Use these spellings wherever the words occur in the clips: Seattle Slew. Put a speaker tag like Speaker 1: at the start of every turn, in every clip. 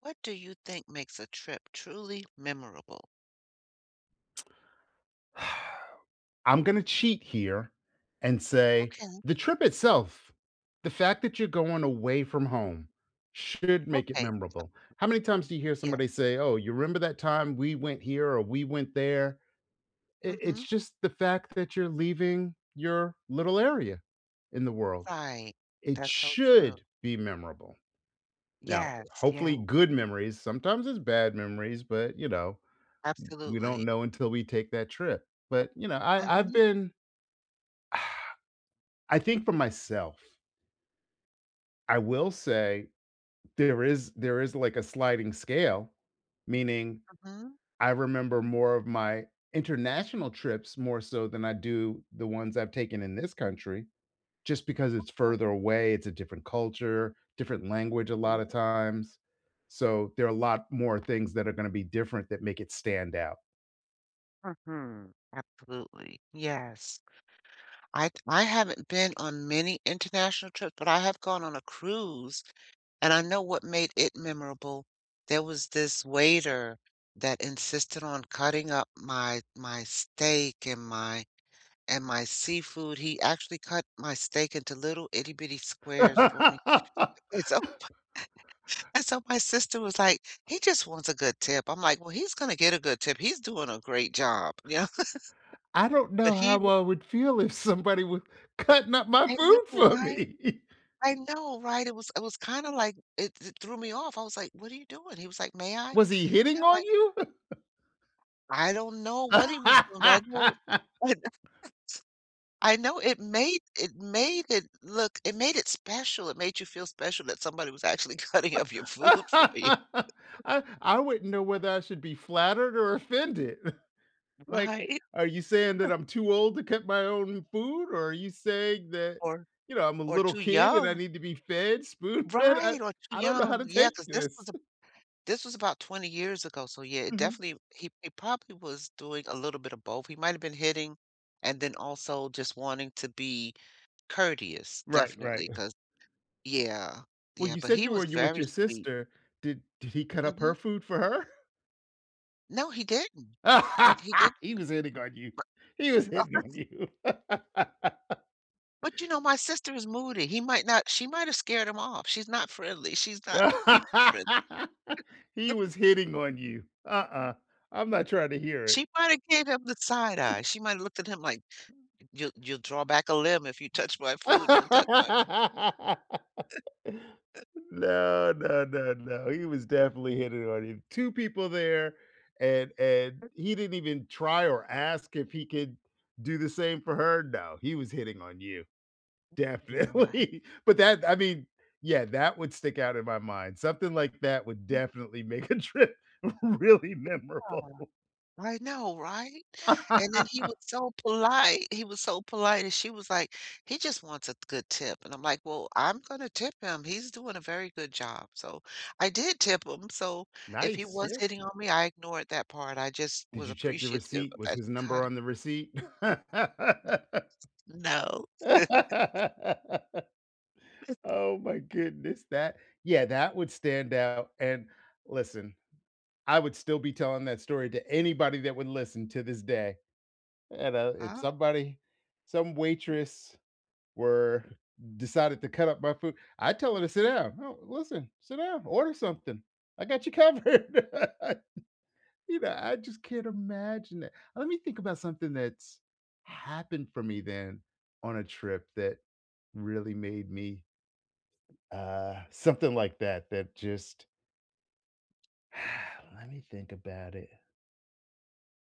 Speaker 1: What do you think makes a trip truly memorable?
Speaker 2: I'm gonna cheat here and say
Speaker 1: Okay,
Speaker 2: the trip itself, the fact that you're going away from home should make it
Speaker 1: okay.
Speaker 2: memorable. How many times do you hear
Speaker 1: Yeah.
Speaker 2: somebody say, "Oh, you remember that time we went here or we went there?" I
Speaker 1: Mhm.
Speaker 2: It's just the fact that you're leaving your little area in the world.
Speaker 1: Right.
Speaker 2: It
Speaker 1: That's so true.
Speaker 2: should be memorable. Now,
Speaker 1: Yes,
Speaker 2: hopefully
Speaker 1: yeah,
Speaker 2: good memories, sometimes it's bad memories, but, we don't
Speaker 1: absolutely.
Speaker 2: know until we take that trip. But, I've
Speaker 1: Mhm,
Speaker 2: been I think for myself, I will say there is, like, a sliding scale, meaning
Speaker 1: mhm,
Speaker 2: I remember more of my international trips more so than I do the ones I've taken in this country, just because it's further away, it's a different culture, different language a lot of
Speaker 1: mhm,
Speaker 2: times. So, there are a lot more things that are gonna be different that make it stand out.
Speaker 1: mhm. Absolutely. Yes. I haven't been on many international trips, but I have gone on a cruise, and I know what made it memorable. There was this waiter that insisted on cutting up my steak and my seafood. He actually cut my steak into little itty bitty squares for me. And so, and so my sister was like, he just wants a good tip. I'm like, well, he's gonna get a good tip. He's doing a great job.
Speaker 2: I don't know
Speaker 1: But he,
Speaker 2: how
Speaker 1: w-
Speaker 2: I would feel if somebody was cutting up my
Speaker 1: I
Speaker 2: food
Speaker 1: know,
Speaker 2: for
Speaker 1: right?
Speaker 2: me.
Speaker 1: I know, right? It was kind of like it threw me off. I was like, what are you doing? He was like, may I? And
Speaker 2: Was he hitting
Speaker 1: I'm
Speaker 2: on
Speaker 1: like,
Speaker 2: you?
Speaker 1: I don't know what he was doing, but I know.
Speaker 2: I
Speaker 1: I I know it made it made it look it made it special. It made you feel special that somebody was actually cutting up your food for you.
Speaker 2: I wouldn't know whether I should be flattered or offended. Like,
Speaker 1: Right,
Speaker 2: are you saying that I'm too old to cook my own food, or are you saying that,
Speaker 1: or
Speaker 2: you know, I'm a
Speaker 1: or
Speaker 2: little
Speaker 1: too
Speaker 2: kid and I
Speaker 1: young.
Speaker 2: need to be fed, spoon-fed?
Speaker 1: Right, or too
Speaker 2: I don't know how
Speaker 1: young.
Speaker 2: to
Speaker 1: Yeah,
Speaker 2: take
Speaker 1: because
Speaker 2: this.
Speaker 1: this was about 20 years ago, so yeah, it
Speaker 2: Mhm.
Speaker 1: definitely he probably was doing a little bit of both. He might have been hitting and then also just wanting to be courteous.
Speaker 2: Right, right.
Speaker 1: Definitely, cause yeah,
Speaker 2: Well,
Speaker 1: yeah,
Speaker 2: you
Speaker 1: but
Speaker 2: said
Speaker 1: he
Speaker 2: you were
Speaker 1: was
Speaker 2: you with
Speaker 1: very
Speaker 2: your
Speaker 1: sweet.
Speaker 2: sister. Did he cut up her
Speaker 1: Mhm.
Speaker 2: food for
Speaker 1: No, he didn't.
Speaker 2: her?
Speaker 1: He didn't.
Speaker 2: He was hitting on you. He was hitting on you.
Speaker 1: But, my sister is moody. He might not she might have scared him off. She's not friendly. She's not people friendly.
Speaker 2: He was hitting on you. Uh-uh. I'm not trying to hear it.
Speaker 1: She might have gave him the side eye. She might have looked at him like you'll draw back a limb if you touch my food. Don't touch my food.
Speaker 2: No, no, no, no. He was definitely hitting on you. 2 people there, and he didn't even try or ask if he could do the same for her. No, he was hitting on you.
Speaker 1: Yeah, he
Speaker 2: Definitely. But that I mean, yeah, that would stick out in my mind. Something like that would definitely make a trip really
Speaker 1: yeah.
Speaker 2: memorable.
Speaker 1: I know, right? And then he was so polite. He was so polite, and she was like, "He just wants a good tip." And I'm like, "Well, I'm gonna tip him. He's doing a very good job." So I did tip him. So if he
Speaker 2: Nice,
Speaker 1: was
Speaker 2: yeah.
Speaker 1: hitting on me, I ignored that part. I just
Speaker 2: Did
Speaker 1: was
Speaker 2: you check your
Speaker 1: appreciative
Speaker 2: receipt? Was
Speaker 1: that
Speaker 2: his
Speaker 1: he
Speaker 2: number
Speaker 1: cut it.
Speaker 2: on the receipt?
Speaker 1: No,
Speaker 2: Oh my goodness, that yeah, that would stand out, and listen, I would still be telling that story to anybody that would listen to this day, and, if
Speaker 1: I
Speaker 2: somebody some waitress were decided to cut up my food, I'd tell her to sit down. "No, listen, sit down, order something. I got you covered." You know, I just can't imagine it. Let me think about something that's happened for me then on a trip that really made me something like that that just let me think about it.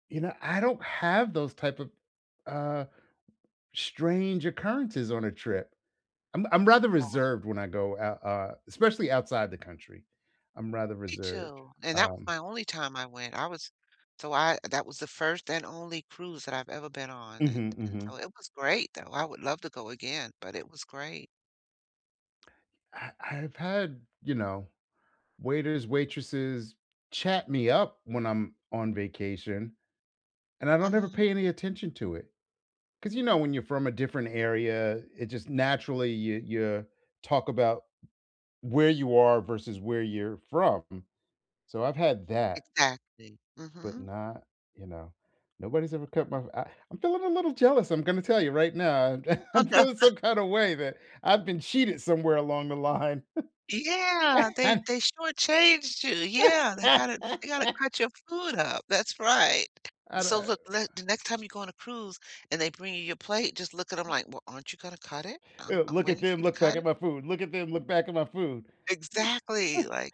Speaker 2: You know, I don't have those type of uh strange occurrences on a trip. I'm rather reserved when I go out especially outside the country. I'm rather
Speaker 1: hate
Speaker 2: reserved.
Speaker 1: you. And that was
Speaker 2: Um
Speaker 1: my only time I went. I that was the first and only cruise that I've ever been on,
Speaker 2: mhm
Speaker 1: and
Speaker 2: mhm.
Speaker 1: so it was great though. I would love to go again, but it was great.
Speaker 2: I've had, you know, waiters, waitresses chat me up when I'm on vacation, and I don't ever
Speaker 1: Mhm.
Speaker 2: pay any attention to it. Because you know, when you're from a different area, it just naturally you talk about where you are versus where you're from. So I've had that,
Speaker 1: Exactly.
Speaker 2: but
Speaker 1: Mhm.
Speaker 2: not you know, nobody's ever cut my. I'm feeling a little jealous. I'm gonna tell you right now.
Speaker 1: Oh,
Speaker 2: I'm
Speaker 1: no.
Speaker 2: feeling some kind of way that I've been cheated somewhere along the line.
Speaker 1: Yeah, they shortchanged you. Yeah, they
Speaker 2: I
Speaker 1: gotta they gotta cut your food up. That's right. So
Speaker 2: don't.
Speaker 1: look, le the next time you go on a cruise and they bring you your plate, just look at them like, "Well, aren't you gonna cut it? I'm
Speaker 2: Look at
Speaker 1: waiting for
Speaker 2: them,
Speaker 1: you to
Speaker 2: look back
Speaker 1: cut
Speaker 2: at
Speaker 1: it."
Speaker 2: my food. Look at them, look back at my food.
Speaker 1: Exactly, like,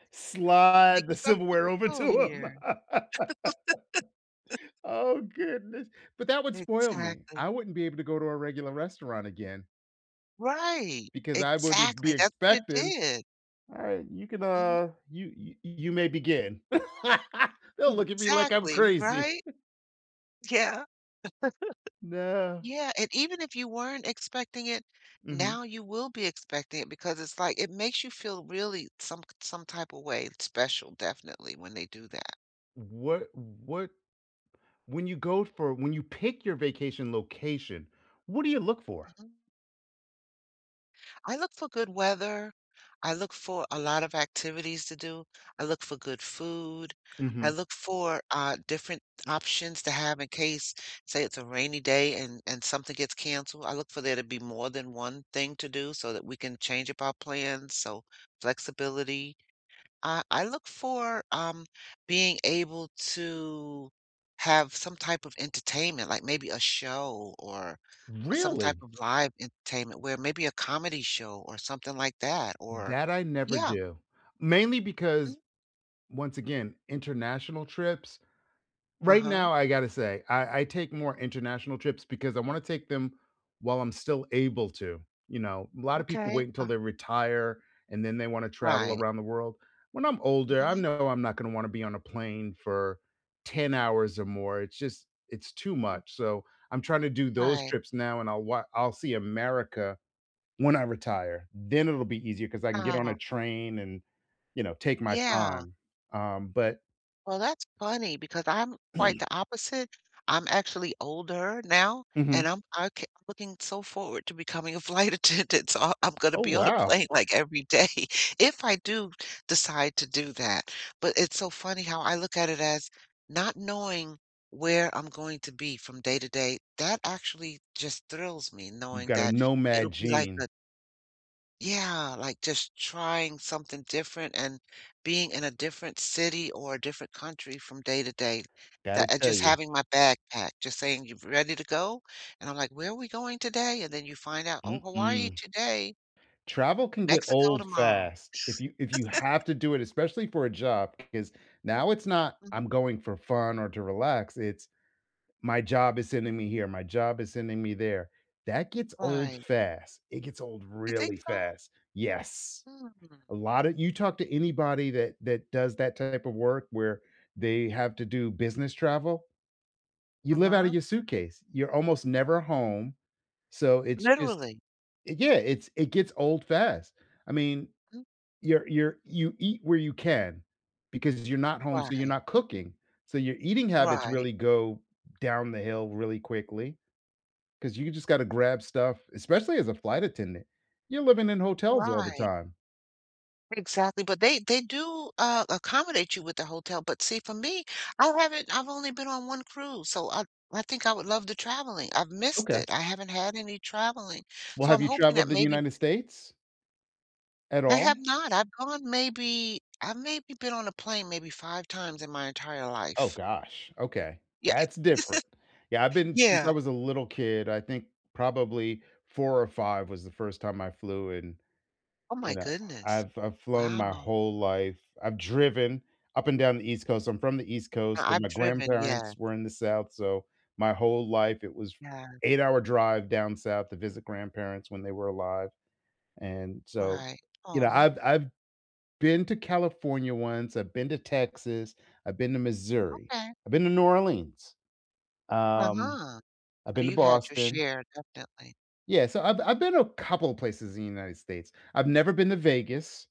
Speaker 1: "Make
Speaker 2: Slide the
Speaker 1: yourself
Speaker 2: silverware over
Speaker 1: useful
Speaker 2: to him.
Speaker 1: here."
Speaker 2: Oh goodness. But that would spoil me.
Speaker 1: Exactly.
Speaker 2: I wouldn't be able to go to a regular restaurant again
Speaker 1: Right.
Speaker 2: because I would be
Speaker 1: Exactly, that's what it
Speaker 2: expecting,
Speaker 1: did.
Speaker 2: all right, you can
Speaker 1: Mhm.
Speaker 2: you may begin. They'll look at me like I'm
Speaker 1: Exactly,
Speaker 2: crazy.
Speaker 1: right? Yeah.
Speaker 2: No.
Speaker 1: Yeah, and even if you weren't expecting it,
Speaker 2: Hmm.
Speaker 1: now you will be expecting it because it's like it makes you feel really some type of way special, definitely, when they do that.
Speaker 2: What when you go for when you pick your vacation location, what do you look for?
Speaker 1: Mhm. I look for good weather. I look for a lot of activities to do. I look for good food.
Speaker 2: Hmm.
Speaker 1: I look for different options to have in case, say, it's a rainy day and something gets canceled. I look for there to be more than one thing to do so that we can change up our plans. So flexibility. I look for, being able to have some type of entertainment, like maybe a show or some type
Speaker 2: Really?
Speaker 1: of live entertainment where maybe a comedy show or something like that or
Speaker 2: That I never
Speaker 1: yeah.
Speaker 2: do, mainly because
Speaker 1: Mm,
Speaker 2: once again, international trips right
Speaker 1: uh-huh.
Speaker 2: now, I gotta say, I take more international trips because I wanna take them while I'm still able to, you know? A lot of people
Speaker 1: Okay.
Speaker 2: wait until they retire, and then they wanna travel
Speaker 1: Right.
Speaker 2: around the world. When I'm older, I
Speaker 1: Mhm.
Speaker 2: know I'm not gonna wanna be on a plane for 10 hours or more, it's too much, so I'm trying to do those
Speaker 1: Right.
Speaker 2: trips now, and I'll see America when I retire, then it'll be easier because I can get on a
Speaker 1: Oh,
Speaker 2: train and, you know, take my
Speaker 1: yeah.
Speaker 2: time, but
Speaker 1: Well, that's funny because I'm quite the opposite. I'm actually older now,
Speaker 2: Mhm.
Speaker 1: and I'm looking so forward to becoming a flight attendant. So I'm going to
Speaker 2: Oh,
Speaker 1: be on a
Speaker 2: wow.
Speaker 1: plane like every day if I do decide to do that. But it's so funny how I look at it as not knowing where I'm going to be from day to day. That actually just thrills me,
Speaker 2: You've
Speaker 1: knowing
Speaker 2: got a
Speaker 1: that
Speaker 2: nomad
Speaker 1: it'll be like
Speaker 2: gene,
Speaker 1: a yeah, like just trying something different and being in a different city or a different country from day to day.
Speaker 2: gotta
Speaker 1: That and
Speaker 2: tell
Speaker 1: just
Speaker 2: you.
Speaker 1: having my backpack, just saying you're ready to go, and I'm like, "Where are we going today?" And then you find out, "Oh, Hawaii
Speaker 2: Mm-mm.
Speaker 1: today,
Speaker 2: Travel can get
Speaker 1: Mexico
Speaker 2: old
Speaker 1: tomorrow."
Speaker 2: fast if you have to do it, especially for a job. Because now it's not,
Speaker 1: Mhm,
Speaker 2: "I'm going for fun or to relax," it's, "My job is sending me here, my job is sending me there." That gets old
Speaker 1: right.
Speaker 2: fast. It gets old
Speaker 1: You think
Speaker 2: really
Speaker 1: so?
Speaker 2: fast. Yes.
Speaker 1: Mm,
Speaker 2: A lot of you talk to anybody that does that type of work where they have to do business travel, you live out of
Speaker 1: uh-huh.
Speaker 2: your suitcase. You're almost never home, so it's just
Speaker 1: Literally.
Speaker 2: yeah, it gets old fast. I mean,
Speaker 1: Mm,
Speaker 2: you're you eat where you can because you're not home, so you're
Speaker 1: right,
Speaker 2: not cooking. So your eating habits
Speaker 1: right,
Speaker 2: really go down the hill really quickly because you just gotta grab stuff, especially as a flight attendant. You're living in hotels all the
Speaker 1: right.
Speaker 2: time.
Speaker 1: Exactly, but they do, accommodate you with the hotel, but see, for me, I haven't I've only been on one cruise, so I think I would love the traveling. I've missed
Speaker 2: Okay.
Speaker 1: it. I haven't had any traveling,
Speaker 2: Well,
Speaker 1: so
Speaker 2: have
Speaker 1: I'm
Speaker 2: you
Speaker 1: hoping that
Speaker 2: traveled the
Speaker 1: maybe
Speaker 2: United States? At
Speaker 1: I
Speaker 2: all?
Speaker 1: have not. I've maybe been on a plane maybe five times in my entire
Speaker 2: Oh yeah.
Speaker 1: life.
Speaker 2: Gosh, okay,
Speaker 1: Yeah,
Speaker 2: that's different. Yeah, I've been since I
Speaker 1: yeah.
Speaker 2: was a little kid, I think probably 4 or 5 was the first time I flew and,
Speaker 1: Oh
Speaker 2: you
Speaker 1: my
Speaker 2: know,
Speaker 1: goodness.
Speaker 2: I've flown my
Speaker 1: Wow.
Speaker 2: whole life. I've driven up and down the East Coast. I'm from the East Coast,
Speaker 1: I
Speaker 2: and
Speaker 1: I've
Speaker 2: my
Speaker 1: driven, yeah,
Speaker 2: grandparents were in the South, so my whole life it was
Speaker 1: yeah,
Speaker 2: eight-hour drive down south to visit grandparents when they were alive, and so,
Speaker 1: right.
Speaker 2: you know,
Speaker 1: Oh,
Speaker 2: I've been to California once, I've been to Texas, I've been to Missouri,
Speaker 1: okay.
Speaker 2: I've been to New Orleans, um,
Speaker 1: Uh-huh.
Speaker 2: I've
Speaker 1: Oh,
Speaker 2: been to
Speaker 1: you had your
Speaker 2: Boston.
Speaker 1: share, definitely.
Speaker 2: Yeah, so I've been to a couple of places in the United States. I've never been to Vegas.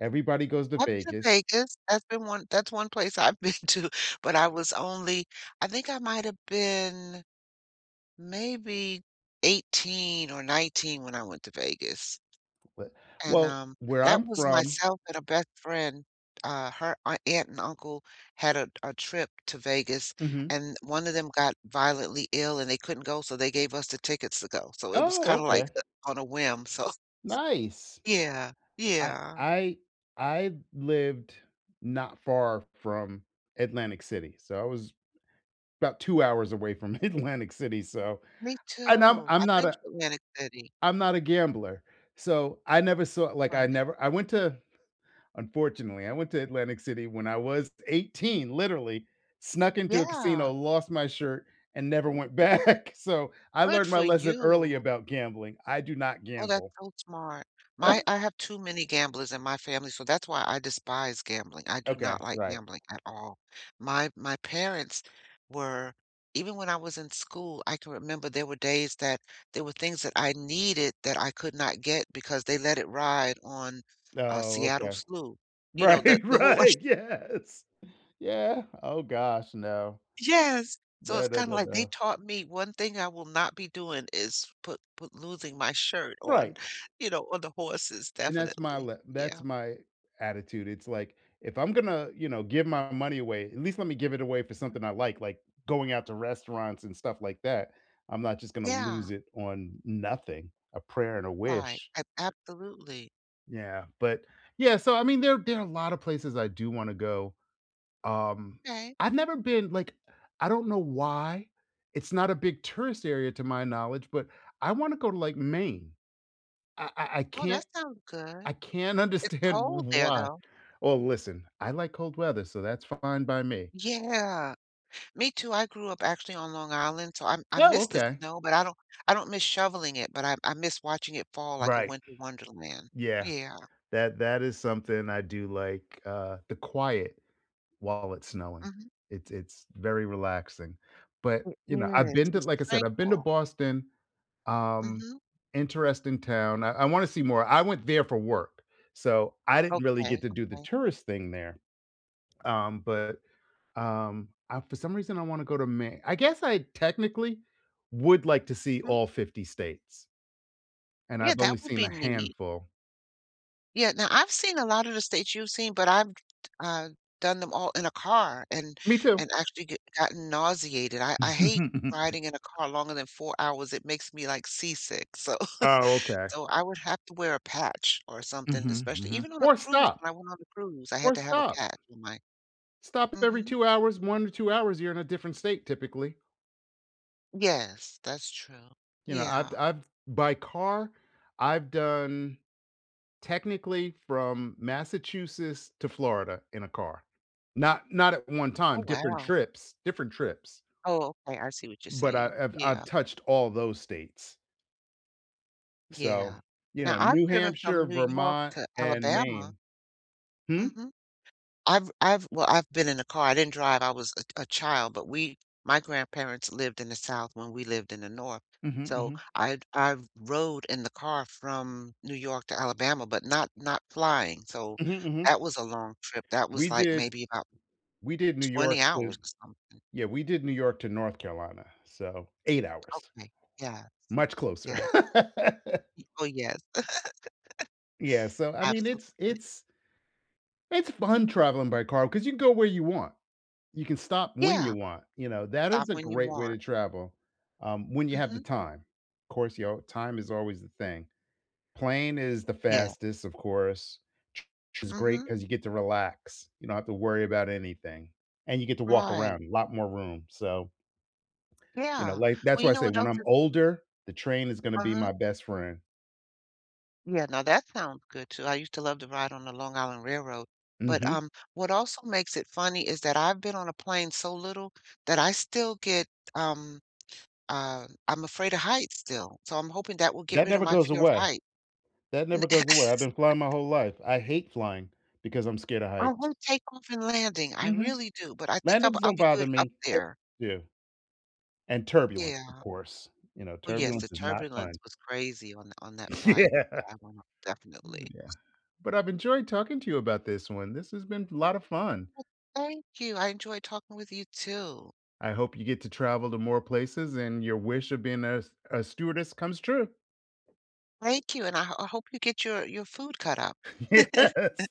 Speaker 2: Everybody goes to
Speaker 1: I've been to
Speaker 2: Vegas,
Speaker 1: Vegas. That's one place I've been to, but I was only I think I might have been maybe 18 or 19 when I went to Vegas.
Speaker 2: but
Speaker 1: And
Speaker 2: well, where
Speaker 1: that
Speaker 2: I'm
Speaker 1: was
Speaker 2: from
Speaker 1: myself and a best friend. Her aunt and uncle had a trip to Vegas,
Speaker 2: Mhm.
Speaker 1: and one of them got violently ill and they couldn't go, so they gave us the tickets to go. So it was
Speaker 2: Oh,
Speaker 1: kind of like
Speaker 2: okay.
Speaker 1: on a whim. So
Speaker 2: Nice.
Speaker 1: yeah,
Speaker 2: I
Speaker 1: yeah,
Speaker 2: I I lived not far from Atlantic City, so I was about 2 hours away from Atlantic City, so
Speaker 1: me
Speaker 2: and
Speaker 1: too. I've been to Atlantic City.
Speaker 2: I'm not a gambler. So, I never saw like, I
Speaker 1: Right.
Speaker 2: never I went to unfortunately, I went to Atlantic City when I was 18, literally, snuck into a casino,
Speaker 1: Yeah,
Speaker 2: lost my shirt, and never went back. So, I
Speaker 1: good
Speaker 2: learned my
Speaker 1: for
Speaker 2: lesson early
Speaker 1: you.
Speaker 2: about gambling. I do not
Speaker 1: Oh, that's
Speaker 2: gamble.
Speaker 1: so smart. My I have too many gamblers in my family, so that's why I despise gambling. I do not
Speaker 2: Okay,
Speaker 1: like
Speaker 2: right.
Speaker 1: gambling at all. My parents were even when I was in school, I can remember there were days that there were things that I needed that I could not get because they let it ride on
Speaker 2: Oh,
Speaker 1: Seattle
Speaker 2: okay.
Speaker 1: Slew. You know,
Speaker 2: Right,
Speaker 1: the whole
Speaker 2: right, yes. Yeah. Oh gosh, no.
Speaker 1: yes. So
Speaker 2: No,
Speaker 1: it's
Speaker 2: no,
Speaker 1: kinda
Speaker 2: no,
Speaker 1: like they
Speaker 2: no.
Speaker 1: taught me one thing I will not be doing is put losing my shirt on,
Speaker 2: Right.
Speaker 1: you know, on the horses,
Speaker 2: And that's my
Speaker 1: definitely.
Speaker 2: le that's
Speaker 1: Yeah.
Speaker 2: my attitude. It's like, if I'm gonna, you know, give my money away, at least let me give it away for something I like going out to restaurants and stuff like that. I'm not just gonna
Speaker 1: Yeah,
Speaker 2: lose it on nothing, a prayer and a
Speaker 1: right.
Speaker 2: wish.
Speaker 1: Ab absolutely.
Speaker 2: Yeah, but yeah, so I mean, there are a lot of places I do wanna go. Um,
Speaker 1: Okay.
Speaker 2: I've never been like, I don't know why. It's not a big tourist area to my knowledge, but I wanna go to, like, Maine. I I I
Speaker 1: Oh, that
Speaker 2: can't
Speaker 1: sounds good.
Speaker 2: I can't
Speaker 1: It's
Speaker 2: understand
Speaker 1: cold there,
Speaker 2: why.
Speaker 1: though.
Speaker 2: Well, listen, I like cold weather, so that's fine by me.
Speaker 1: Yeah. Me too, I grew up actually on Long Island, so I
Speaker 2: Oh,
Speaker 1: miss the
Speaker 2: okay.
Speaker 1: snow, but I don't miss shoveling it, but I miss watching it fall like a
Speaker 2: Right.
Speaker 1: winter wonderland.
Speaker 2: Yeah.
Speaker 1: Yeah.
Speaker 2: That is something I do like, the quiet while it's snowing.
Speaker 1: Mhm.
Speaker 2: It's very relaxing. But,
Speaker 1: It
Speaker 2: you know,
Speaker 1: is. It's
Speaker 2: I said, I've been to
Speaker 1: tranquil.
Speaker 2: Boston, um,
Speaker 1: Mhm.
Speaker 2: interesting town. I wanna see more. I went there for work, so I didn't really get
Speaker 1: Okay,
Speaker 2: to do the
Speaker 1: okay.
Speaker 2: tourist thing there. But I for some reason, I wanna go to Ma I guess I technically would like to see
Speaker 1: Mhm.
Speaker 2: all 50 states, and
Speaker 1: Yeah,
Speaker 2: I've only
Speaker 1: that would
Speaker 2: seen
Speaker 1: be
Speaker 2: a
Speaker 1: neat.
Speaker 2: handful.
Speaker 1: Yeah, now I've seen a lot of the states you've seen, but I've, uh, done them all in a car
Speaker 2: Me too.
Speaker 1: and actually get gotten nauseated. I hate riding in a car longer than four hours, it makes me, like, seasick, so
Speaker 2: Oh, okay.
Speaker 1: so I would have to wear a patch or something,
Speaker 2: Mhm,
Speaker 1: especially
Speaker 2: mhm.
Speaker 1: even on a cruise, when I went on the cruise, I had
Speaker 2: Or
Speaker 1: to have a
Speaker 2: stop.
Speaker 1: patch on my
Speaker 2: Stop every
Speaker 1: mhm.
Speaker 2: 2 hours, 1 to 2 hours, you're in a different state typically.
Speaker 1: Yes, that's true.
Speaker 2: You know, I've
Speaker 1: Yeah.
Speaker 2: I've by car, I've done technically from Massachusetts to Florida in a car. Not not at one
Speaker 1: Oh,
Speaker 2: time, different
Speaker 1: wow.
Speaker 2: trips, different trips.
Speaker 1: Oh, okay, I see what you're
Speaker 2: But
Speaker 1: saying.
Speaker 2: I've
Speaker 1: Yeah,
Speaker 2: touched all those states. So,
Speaker 1: yeah.
Speaker 2: you
Speaker 1: Now
Speaker 2: know,
Speaker 1: I've
Speaker 2: New
Speaker 1: driven
Speaker 2: Hampshire,
Speaker 1: from New York
Speaker 2: Vermont,
Speaker 1: to
Speaker 2: and
Speaker 1: Alabama.
Speaker 2: Maine. Hmm?
Speaker 1: Mhm. I've been in a car. I didn't drive. I was a child, but we my grandparents lived in the South when we lived in the North.
Speaker 2: Mhm,
Speaker 1: So
Speaker 2: mhm.
Speaker 1: I rode in the car from New York to Alabama, but not flying. So
Speaker 2: Mhm, mhm.
Speaker 1: that was a long trip. That was
Speaker 2: We
Speaker 1: like
Speaker 2: did
Speaker 1: maybe about
Speaker 2: we did New
Speaker 1: 20
Speaker 2: York to
Speaker 1: hours or something.
Speaker 2: yeah, we did New York to North Carolina, so 8 hours,
Speaker 1: Okay. Yeah.
Speaker 2: much closer.
Speaker 1: Yeah. Y- Oh yes,
Speaker 2: Yeah, so, I mean, it's
Speaker 1: absolutely.
Speaker 2: it's it's fun traveling by car because you can go where you want. You can stop when you
Speaker 1: Yeah.
Speaker 2: want, you know, that
Speaker 1: Stop
Speaker 2: is a
Speaker 1: when you
Speaker 2: great way
Speaker 1: want.
Speaker 2: to travel, when you have
Speaker 1: Hmm,
Speaker 2: the time. Of course, you know, time is always the thing. Plane is the
Speaker 1: yeah.
Speaker 2: fastest, of course. Tr tr is great
Speaker 1: Hmm.
Speaker 2: 'cause you get to relax. You don't have to worry about anything, and you get to walk
Speaker 1: Right.
Speaker 2: around, a lot more room, so,
Speaker 1: Yeah.
Speaker 2: that's
Speaker 1: Well,
Speaker 2: why
Speaker 1: you
Speaker 2: I
Speaker 1: know
Speaker 2: say
Speaker 1: what
Speaker 2: when
Speaker 1: else
Speaker 2: I'm
Speaker 1: is
Speaker 2: older, the train is gonna be
Speaker 1: uh-huh.
Speaker 2: my best friend.
Speaker 1: Yeah, now that sounds good too. I used to love to ride on the Long Island Railroad. But
Speaker 2: Mhm.
Speaker 1: what also makes it funny is that I've been on a plane so little that I still get um, I'm afraid of heights still. So I'm hoping that will get
Speaker 2: That
Speaker 1: rid of
Speaker 2: never
Speaker 1: my
Speaker 2: goes
Speaker 1: fear of
Speaker 2: away.
Speaker 1: height.
Speaker 2: That never goes away. I've been flying my whole life. I hate flying because I'm scared of
Speaker 1: I
Speaker 2: heights.
Speaker 1: want takeoff and landing. I
Speaker 2: Mhm.
Speaker 1: really do, but I think
Speaker 2: Landings
Speaker 1: I'll
Speaker 2: don't
Speaker 1: be
Speaker 2: bother
Speaker 1: good up
Speaker 2: me. Heights
Speaker 1: there.
Speaker 2: do, and turbulence, of
Speaker 1: Yeah.
Speaker 2: course. You know,
Speaker 1: Oh yes, the
Speaker 2: turbulence is not fun.
Speaker 1: turbulence was crazy on that flight
Speaker 2: Yeah.
Speaker 1: that I went on, definitely.
Speaker 2: Yeah. But I've enjoyed talking to you about this one. This has been a lot of fun.
Speaker 1: Well, thank you. I enjoyed talking with you too.
Speaker 2: I hope you get to travel to more places and your wish of being a stewardess comes true.
Speaker 1: Thank you, and I hope you get your food cut up.
Speaker 2: Yes.